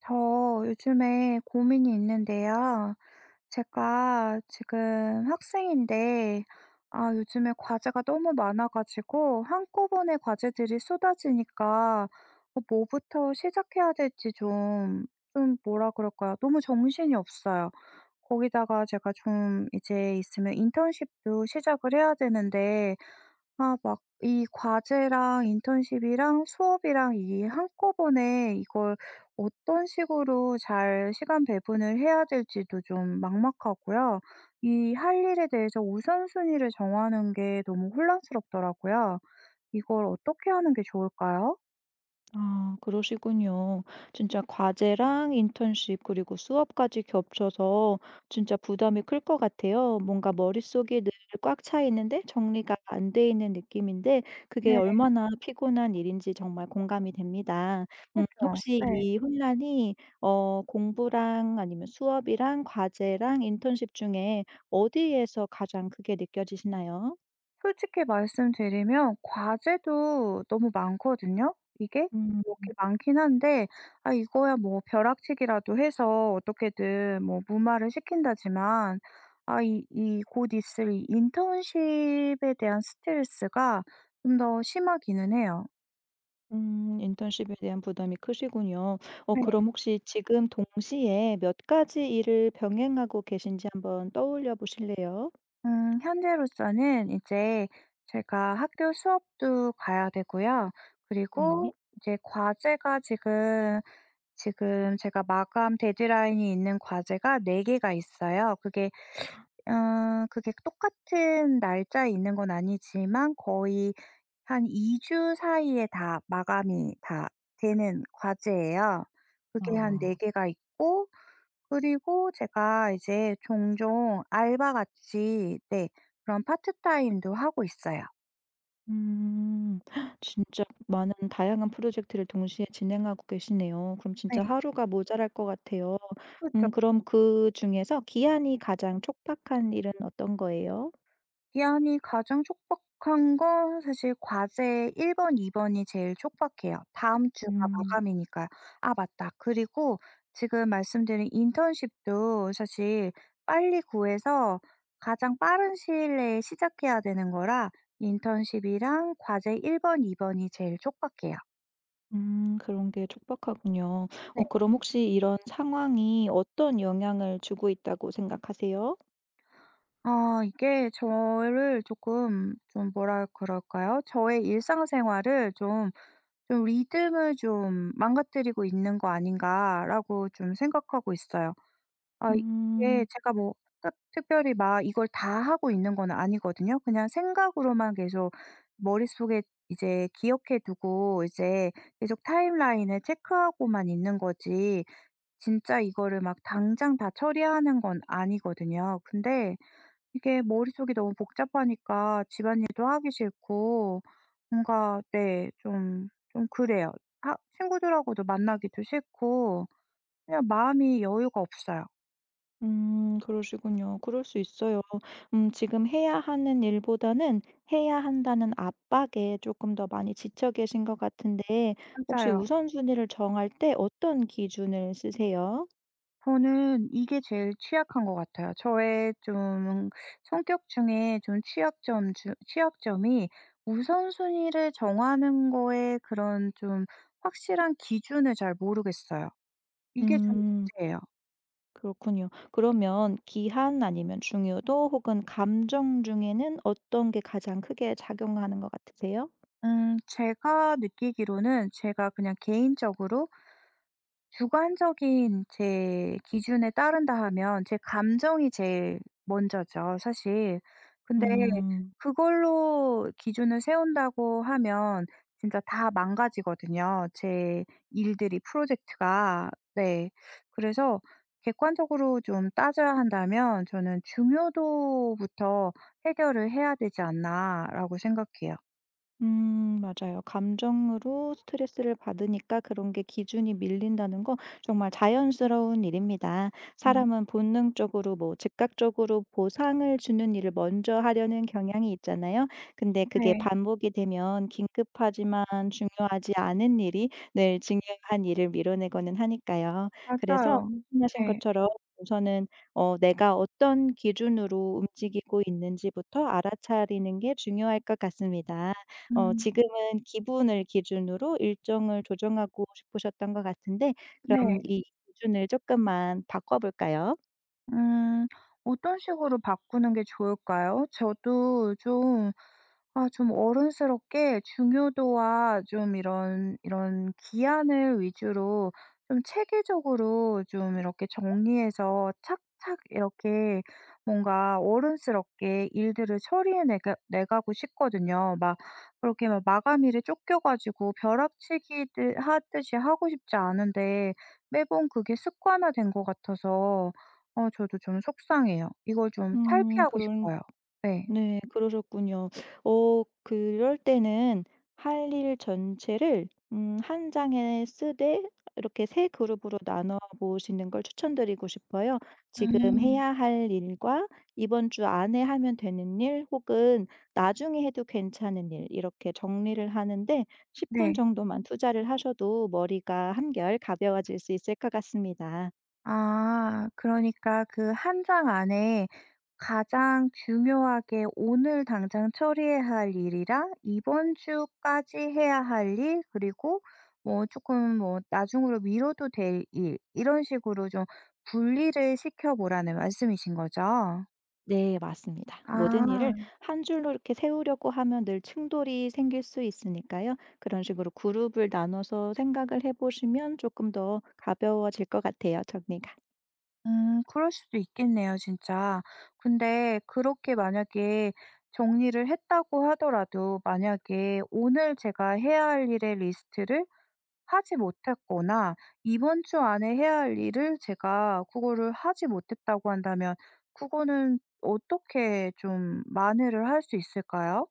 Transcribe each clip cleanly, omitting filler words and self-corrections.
저 요즘에 고민이 있는데요. 제가 지금 학생인데, 아, 요즘에 과제가 너무 많아가지고, 한꺼번에 과제들이 쏟아지니까, 어, 뭐부터 시작해야 될지 좀, 좀 뭐라 그럴까요? 너무 정신이 없어요. 거기다가 제가 좀 이제 있으면 인턴십도 시작을 해야 되는데, 아 막 이 과제랑 인턴십이랑 수업이랑 이 한꺼번에 이걸 어떤 식으로 잘 시간 배분을 해야 될지도 좀 막막하고요. 이 할 일에 대해서 우선순위를 정하는 게 너무 혼란스럽더라고요. 이걸 어떻게 하는 게 좋을까요? 아, 그러시군요. 진짜 과제랑 인턴십 그리고 수업까지 겹쳐서 진짜 부담이 클 것 같아요. 뭔가 머릿속이 늘 꽉 차 있는데 정리가 안 돼 있는 느낌인데 그게 네. 얼마나 피곤한 일인지 정말 공감이 됩니다. 그죠. 혹시 네. 이 혼란이 공부랑 아니면 수업이랑 과제랑 인턴십 중에 어디에서 가장 크게 느껴지시나요? 솔직히 말씀드리면 과제도 너무 많거든요. 이게 음, 이렇게 많긴 한데 아 이거야 뭐 벼락치기라도 해서 어떻게든 뭐 무마를 시킨다지만 아 이 곧 있을 이 인턴십에 대한 스트레스가 좀 더 심하기는 해요. 인턴십에 대한 부담이 크시군요. 어 네. 그럼 혹시 지금 동시에 몇 가지 일을 병행하고 계신지 한번 떠올려 보실래요? 현재로서는 이제 제가 학교 수업도 가야 되고요. 네. 그리고 이제 과제가 지금 제가 마감 데드라인이 있는 과제가 4 개가 있어요. 그게 어 그게 똑같은 날짜에 있는 건 아니지만 거의 한 2주 사이에 다 마감이 다 되는 과제예요. 그게 한 4 아. 개가 있고 그리고 제가 이제 종종 알바 같이 네 그런 파트타임도 하고 있어요. 음. 진짜 많은 다양한 프로젝트를 동시에 진행하고 계시네요. 그럼 진짜 네. 하루가 모자랄 것 같아요. 그죠. 그럼 그중에서 기한이 가장 촉박한 일은 어떤 거예요? 기한이 가장 촉박한 건 사실 과제 1 번, 2 번이 제일 촉박해요. 다음 주가 음. 마감이니까요. 아 맞다. 그리고 지금 말씀드린 인턴십도 사실 빨리 구해서 가장 빠른 시일 내에 시작해야 되는 거라 인턴십이랑 과제 1 번, 2 번이 제일 촉박해요. 그런 게 촉박하군요. 네. 어 그럼 혹시 이런 상황이 어떤 영향을 주고 있다고 생각하세요? 아 이게 저를 조금 좀 뭐라 그럴까요? 저의 일상생활을 좀 좀 '리듬을 좀 망가뜨리고 있는 거 아닌가.'라고 좀 생각하고 있어요. 아 이게 음. 제가 뭐 특 특별히 막 이걸 다 하고 있는 건 아니거든요. 그냥 생각으로만 계속 머릿속에 이제 기억해 두고 이제 계속 타임라인을 체크하고만 있는 거지 진짜 이거를 막 당장 다 처리하는 건 아니거든요. 근데 이게 머릿속이 너무 복잡하니까 집안일도 하기 싫고 뭔가 네 좀 그래요. 하 친구들하고도 만나기도 싫고 그냥 마음이 여유가 없어요. 그러시군요. 그럴 수 있어요. 지금 해야 하는 일보다는 해야 한다는 압박에 조금 더 많이 지쳐 계신 것 같은데 혹시 맞아요. 우선순위를 정할 때 어떤 기준을 쓰세요? 저는 이게 제일 취약한 것 같아요. 저의 좀 성격 중에 좀 취약점이 우선순위를 정하는 거에 그런 좀 확실한 기준을 잘 모르겠어요. 이게 좀 음. 문제예요. 그렇군요. 그러면 기한 아니면 중요도 혹은 감정 중에는 어떤 게 가장 크게 작용하는 것 같으세요? 제가 느끼기로는 제가 그냥 개인적으로 주관적인 제 기준에 따른다 하면 제 감정이 제일 먼저죠, 사실. 근데 음. 그걸로 기준을 세운다고 하면 진짜 다 망가지거든요, 제 일들이 프로젝트가. 네. 그래서 객관적으로 좀 따져야 한다면 저는 '중요도부터 해결을 해야 되지 않나.'라고 생각해요. 맞아요. 감정으로 스트레스를 받으니까 그런 게 기준이 밀린다는 거 정말 자연스러운 일입니다. 음. 사람은 본능적으로 뭐 즉각적으로 보상을 주는 일을 먼저 하려는 경향이 있잖아요. 근데 그게 네. 반복이 되면 긴급하지만 중요하지 않은 일이 늘 중요한 일을 밀어내고는 하니까요. 그래서 맞아요. 말씀하신 네. 것처럼 우선은 '내가 어떤 기준으로 움직이고 있는지부터 알아차리는 게 중요할 것 같습니다.' 어 음. 지금은 기분을 기준으로 일정을 조정하고 싶으셨던 것 같은데 네. 그럼 이 기준을 조금만 바꿔 볼까요? 음. 어떤 식으로 바꾸는 게 좋을까요? 저도 좀 아 좀 어른스럽게 중요도와 좀 이런 기한을 위주로 좀 체계적으로 좀 이렇게 정리해서 착착 이렇게 뭔가 어른스럽게 일들을 처리해 내가고 싶거든요. 막 그렇게 막 마감일에 쫓겨 가지고 벼락치기들 하듯이 하고 싶지 않은데 매번 그게 습관화된 것 같아서 어 저도 좀 속상해요. 이걸 좀 탈피하고 그런 싶어요. 네. 네. 그러셨군요. 어 그럴 때는 할 일 전체를 한 장에 쓰되 이렇게 세 그룹으로 나눠 보시는 걸 추천드리고 싶어요. 지금 음. 해야 할 일과 이번 주 안에 하면 되는 일 혹은 나중에 해도 괜찮은 일 이렇게 정리를 하는데 10분 네. 정도만 투자를 하셔도 머리가 한결 가벼워질 수 있을 것 같습니다. 아 그러니까 그 한 장 안에 가장 중요하게 오늘 당장 처리해야 할 일이랑 이번 주까지 해야 할 일 그리고 뭐 조금 뭐 나중으로 미뤄도 될 일 이런 식으로 좀 분리를 시켜 보라는 말씀이신 거죠? 네, 맞습니다. 모든 아. 일을 한 줄로 이렇게 세우려고 하면 늘 충돌이 생길 수 있으니까요. 그런 식으로 그룹을 나눠서 생각을 해보시면 조금 더 가벼워질 것 같아요. 정리가. 그럴 수도 있겠네요 진짜. 근데 그렇게 만약에 정리를 했다고 하더라도 만약에 오늘 제가 해야 할 일의 리스트를 하지 못했거나 이번 주 안에 해야 할 일을 제가 그거를 하지 못했다고 한다면 그거는 어떻게 좀 만회를 할 수 있을까요?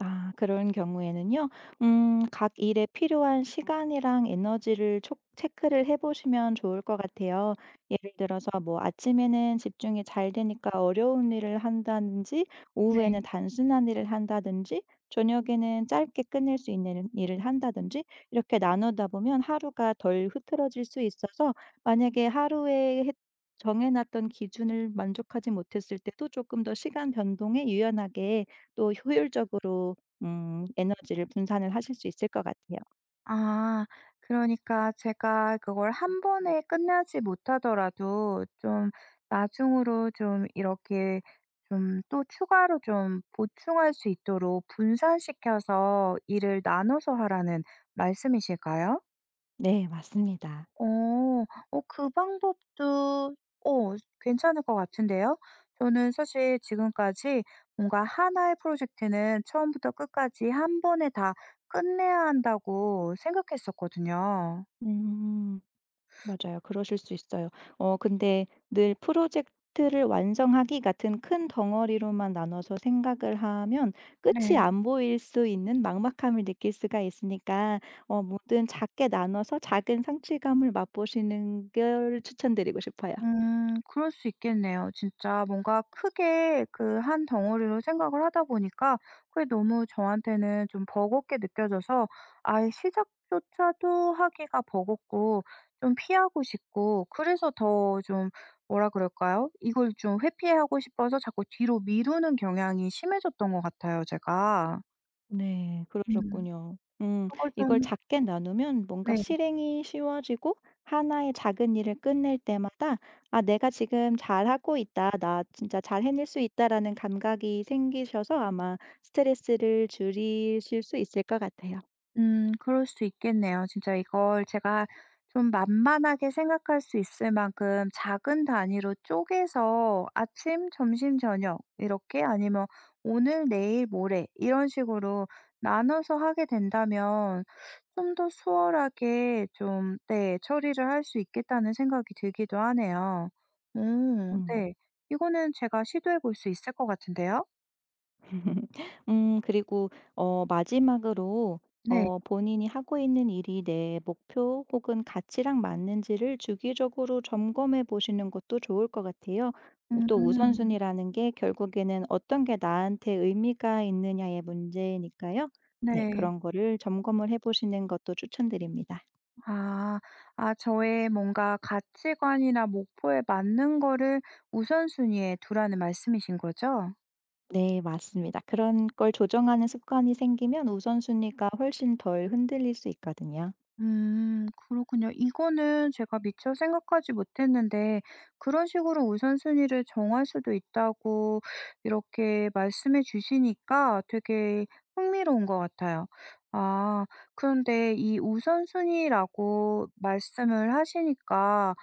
아 그런 경우에는요. 각 일에 필요한 시간이랑 에너지를 촉 체크를 해 보시면 좋을 것 같아요. 예를 들어서 뭐 아침에는 집중이 잘 되니까 어려운 일을 한다든지 네. 오후에는 단순한 일을 한다든지 저녁에는 짧게 끝낼 수 있는 일을 한다든지 이렇게 나누다 보면 하루가 덜 흐트러질 수 있어서 만약에 하루에 정해 놨던 기준을 만족하지 못했을 때도 조금 더 시간 변동에 유연하게 또 효율적으로 에너지를 분산을 하실 수 있을 것 같아요. 아. 그러니까 제가 그걸 한 번에 끝내지 못하더라도 좀 나중으로 좀 이렇게 좀 또 추가로 좀 보충할 수 있도록 분산시켜서 일을 나눠서 하라는 말씀이실까요? 네 맞습니다. 어. 어 그 방법도 어 괜찮을 것 같은데요. 저는 사실 지금까지 뭔가 하나의 프로젝트는 처음부터 끝까지 한 번에 다 끝내야 한다고 생각했었거든요. 음. 맞아요. 그러실 수 있어요. 어 근데 늘 프로젝트를 완성하기 같은 큰 덩어리로만 나눠서 생각을 하면 끝이 네. 안 보일 수 있는 막막함을 느낄 수가 있으니까 어 뭐든 작게 나눠서 작은 성취감을 맛보시는 걸 추천드리고 싶어요. 그럴 수 있겠네요. 진짜 뭔가 크게 그 한 덩어리로 생각을 하다 보니까 그게 너무 저한테는 좀 버겁게 느껴져서 아예 시작조차도 하기가 버겁고 좀 피하고 싶고 그래서 더 좀 뭐라 그럴까요? 이걸 좀 회피하고 싶어서 자꾸 뒤로 미루는 경향이 심해졌던 것 같아요 제가. 네. 음. 그러셨군요. 음. 그걸 이걸 좀 작게 나누면 뭔가 네. 실행이 쉬워지고 하나의 작은 일을 끝낼 때마다 '아 내가 지금 잘하고 있다. 나 진짜 잘 해낼 수 있다.'라는 감각이 생기셔서 아마 스트레스를 줄이실 수 있을 것 같아요. 그럴 수 있겠네요. 진짜 이걸 제가 좀 만만하게 생각할 수 있을 만큼 작은 단위로 쪼개서 아침, 점심, 저녁 이렇게 아니면 오늘, 내일, 모레 이런 식으로 나눠서 하게 된다면 좀 더 수월하게 좀 네 처리를 할 수 있겠다는 생각이 들기도 하네요. 오 음. 네. 이거는 제가 시도해 볼 수 있을 것 같은데요. 그리고 어 마지막으로 네. 어 본인이 하고 있는 일이 내 목표 혹은 가치랑 맞는지를 주기적으로 점검해 보시는 것도 좋을 것 같아요. 또 음. 우선순위라는 게 결국에는 어떤 게 나한테 의미가 있느냐의 문제니까요. 네, 네. 그런 거를 점검을 해 보시는 것도 추천드립니다. 아, 아, 저의 뭔가 가치관이나 목표에 맞는 거를 우선순위에 두라는 말씀이신 거죠? 네, 맞습니다. 그런 걸 조정하는 습관이 생기면 우선순위가 훨씬 덜 흔들릴 수 있거든요. 그렇군요. 이거는 제가 미처 생각하지 못했는데, 그런 식으로 우선순위를 정할 수도 있다고 이렇게 말씀해 주시니까 되게 흥미로운 것 같아요. 아, 그런데 이 우선순위라고 말씀을 하시니까,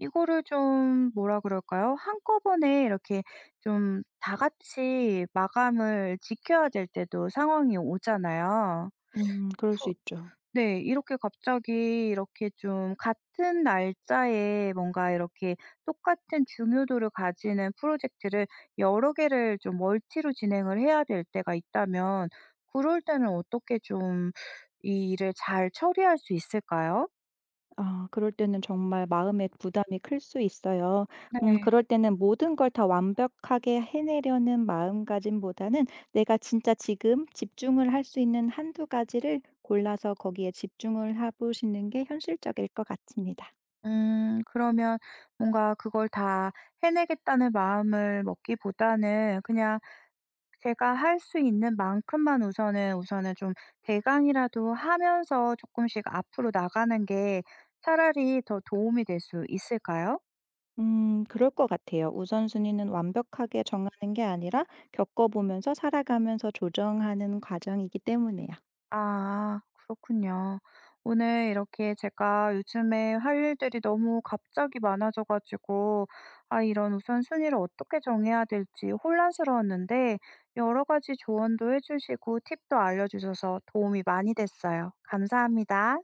이거를 좀 뭐라 그럴까요? 한꺼번에 이렇게 좀 다 같이 마감을 지켜야 될 때도 상황이 오잖아요. 그럴 수 있죠. 네. 이렇게 갑자기 이렇게 좀 같은 날짜에 뭔가 이렇게 똑같은 중요도를 가지는 프로젝트를 여러 개를 좀 멀티로 진행을 해야 될 때가 있다면 그럴 때는 어떻게 좀 이 일을 잘 처리할 수 있을까요? 아 그럴 때는 정말 마음의 부담이 클 수 있어요. 네. 그럴 때는 모든 걸 다 완벽하게 해내려는 마음가짐보다는 내가 진짜 지금 집중을 할 수 있는 한두 가지를 골라서 거기에 집중을 해 보시는 게 현실적일 것 같습니다. 그러면 뭔가 그걸 다 해내겠다는 마음을 먹기보다는 그냥 제가 할 수 있는 만큼만 우선은 좀 대강이라도 하면서 조금씩 앞으로 나가는 게 차라리 더 도움이 될 수 있을까요? 그럴 것 같아요. 우선순위는 완벽하게 정하는 게 아니라 겪어 보면서 살아가면서 조정하는 과정이기 때문에요. 아 그렇군요. 오늘 이렇게 제가 요즘에 할 일들이 너무 갑자기 많아져 가지고 아 이런 우선순위를 어떻게 정해야 될지 혼란스러웠는데 여러 가지 조언도 해 주시고 팁도 알려 주셔서 도움이 많이 됐어요. 감사합니다.